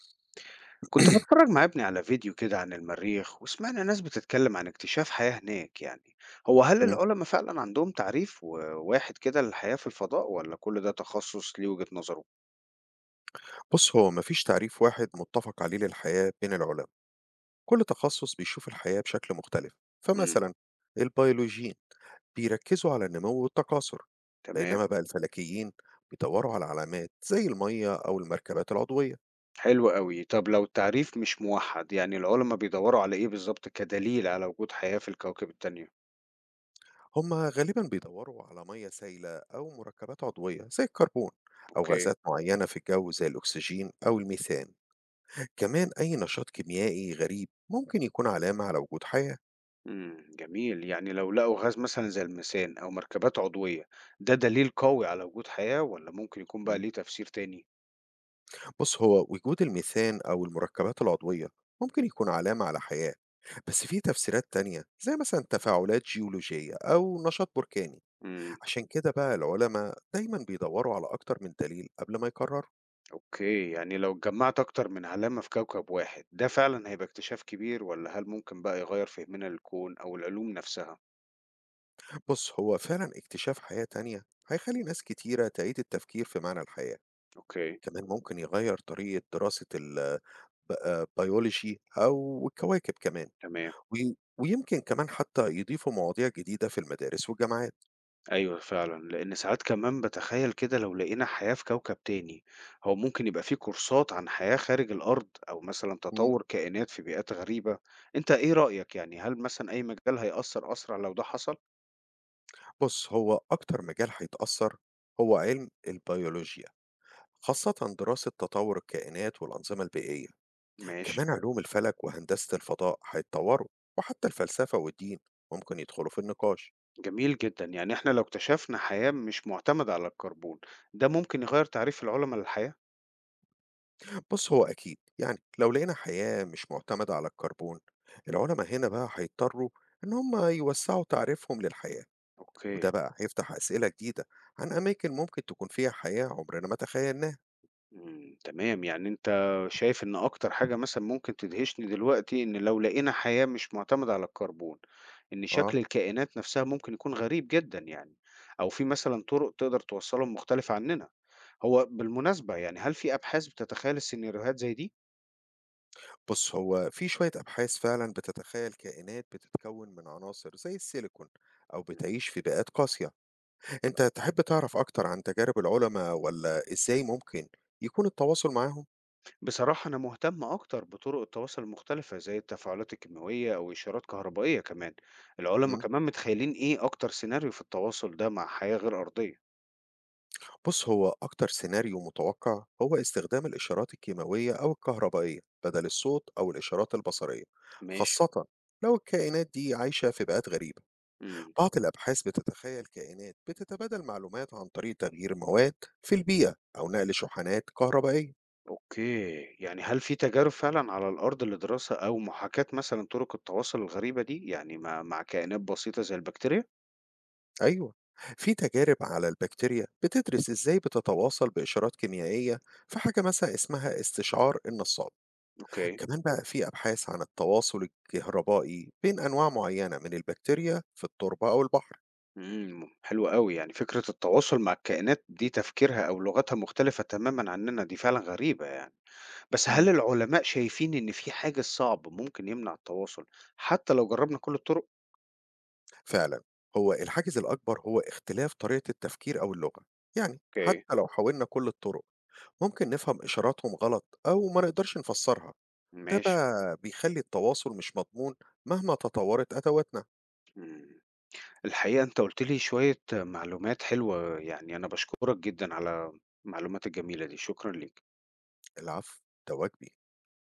كنت بتفرج مع ابني على فيديو كده عن المريخ وسمعنا ناس بتتكلم عن اكتشاف حياة هناك يعني هو هل إمم. العلماء فعلا عندهم تعريف واحد كده للحياة في الفضاء ولا كل ده تخصص ليه وجهة نظره؟ بُص، هو ما فيش تعريف واحد مُتّفق عليه للحياة بين العلماء، كل تخصص بيشوف الحياة بشكل مختلف، امم. فمثلًا البيولوجيين بيركّزوا على النمو والتكاثر، تمام. بينما بقى الفلكيين بيدوّروا على علامات زي المَيّة أو المركبات العضوية، حلو قوي. طب لو التعريف مش موحد يعني العلماء بيدوروا على ايه بالظبط كدليل على وجود حياة في الكواكب التانية؟ هم غالبًا بيدوّروا على مَيّة سايلة أو مركبات عضوية زي الكربون أو اوكي. غازات معيّنة في الجو زي الأكسجين أو الميثان، كمان أي نشاط كيميائي غريب ممكن يكون علامة على وجود حياة. امم. جميل، يعني لو لقوا غاز مثلا زي الميثان او مركبات عضوية ده دليل قوي على وجود حياة ولا ممكن يكون بقى إمم. ليه تفسير تاني؟ بُص، هو وجود الميثان أو المركبات العضوية ممكن يكون علامة على حياة، بس في تفسيرات تانية زي مثلًا تفاعلات جيولوجية أو نشاط بركاني، مم. عشان كده بقى العلماء دايمًا بيدوروا على أكتر من دليل قبل ما يقرروا. أوكي، يعني لو اتجمّعت أكتر من علامة في كوكب واحد، ده فعلًا هيبقى اكتشاف كبير والّا هل ممكن بقى يغيّر فهمنا للكون أو العلوم نفسها؟ بُص، هو فعلًا اكتشاف حياة تانية هيخلي ناس كتيرة تعيد التفكير في معنى الحياة، أوكي، كمان ممكن يغير طريقة دراسة ال ب البيولوجي أو الكواكب كمان، تمام، ويمكن كمان حتى يضيفوا مواضيع جديدة في المدارس والجامعات. أيوه فعلًا، لإن ساعات كمان باتخيّل كده لو لقينا حياة في كوكب تاني، هو ممكن يبقى في كورسات عن حياة خارج الأرض أو مثلًا إمم. تطوّر كائنات في بيئات غريبة، أنت إيه رأيك يعني هل مثلًا أي مجال هيأثّر أسرع لو ده حصل؟ بُص، هو أكتر مجال هيتأثّر هو علم البيولوجيا، خاصةً دراسة تطوّر الكائنات والأنظمة البيئية، ماشي. كمان علوم الفلك وهندسة الفضاء هيتطوّروا، وحتى الفلسفة والدين ممكن يدخلوا في النقاش. جميل جدًا، يعني إحنا لو اكتشفنا حياة مش مُعتمدة على الكربون، ده ممكن يغيّر تعريف العُلما للحياة؟ بُص، هو أكيد يعني لو لقينا حياة مش مُعتمدة على الكربون، العُلما هنا بقى هيضطروا إن هم يوسّعوا تعريفهم للحياة، وده أوكي، بقى هيفتح أسئلة جديدة عن أماكن ممكن تكون فيها حياة عُمرنا ما تخيّلناها. إمم، تمام، يعني أنت شايف إن أكتر حاجة مثلًا ممكن تدهشني دلوقتي إن لو لقينا حياة مش معتمدة على الكربون، إن آه. شكل الكائنات نفسها ممكن يكون غريب جدًا يعني، أو في مثلًا طرق تقدر توصّلهم مختلفة عننا، هو بالمناسبة يعني هل في أبحاث بتتخيل السيناريوهات زي دي؟ بُص، هو في شوية أبحاث فعلًا بتتخيّل كائنات بتتكوّن من عناصر زي السيليكون أو إمم. بتعيش في بيئات قاسية. أنت تحب تعرف أكتر عن تجارب العُلما والّا إزاي ممكن يكون التواصل معاهم؟ بصراحة أنا مهتم أكتر بطرق التواصل المختلفة زي التفاعلات الكيميائية أو إشارات كهربائية كمان، العلما إمم. كمان متخيلين إيه أكتر سيناريو في التواصل ده مع حياة غير أرضية؟ بُص، هو أكتر سيناريو متوقّع هو استخدام الإشارات الكيماوية أو الكهربائية بدل الصوت أو الإشارات البصرية، ماشي. خاصةً لو الكائنات دي عايشة في بيئات غريبة. إمم. بعض الأبحاث بتتخيل كائنات بتتبادل معلومات عن طريق تغيير مواد في البيئة أو نقل شحنات كهربائية. أوكي، يعني هل في تجارب فعلًا على الأرض لدراسة أو محاكاة مثلًا طرق التواصل الغريبة دي، يعني مع كائنات بسيطة زي البكتيريا؟ أيوة، في تجارب على البكتيريا بتدرس إزاي بتتواصل بإشارات كيميائية، في حاجة مثلا اسمها استشعار النصاب، أوكي. كمان بقى في أبحاث عن التواصل الكهربائي بين أنواع معينة من البكتيريا في التربة أو البحر. إمم. حلو أوي، يعني فكرة التواصل مع الكائنات دي تفكيرها أو لغتها مختلفة تمامًا عننا دي فعلًا غريبة يعني، بس هل مم. العلماء شايفين إن في حاجز صعب ممكن يمنع التواصل حتى لو جربنا كل الطرق؟ فعلا، هو الحاجز الأكبر هو اختلاف طريقة التفكير أو اللغة، يعني أوكي. حتى لو حاولنا كل الطرق ممكن نفهم إشاراتهم غلط أو ما نقدرش نفسرها، ده ماشي. بقى بيخلي التواصل مش مضمون مهما تطورت أدواتنا. إمم. الحقيقة أنت قُلت لي شوية معلومات حلوة، يعني أنا باشكرك جدًا على المعلومات الجميلة دي، شكرًا ليك. العفو، ده واجبي.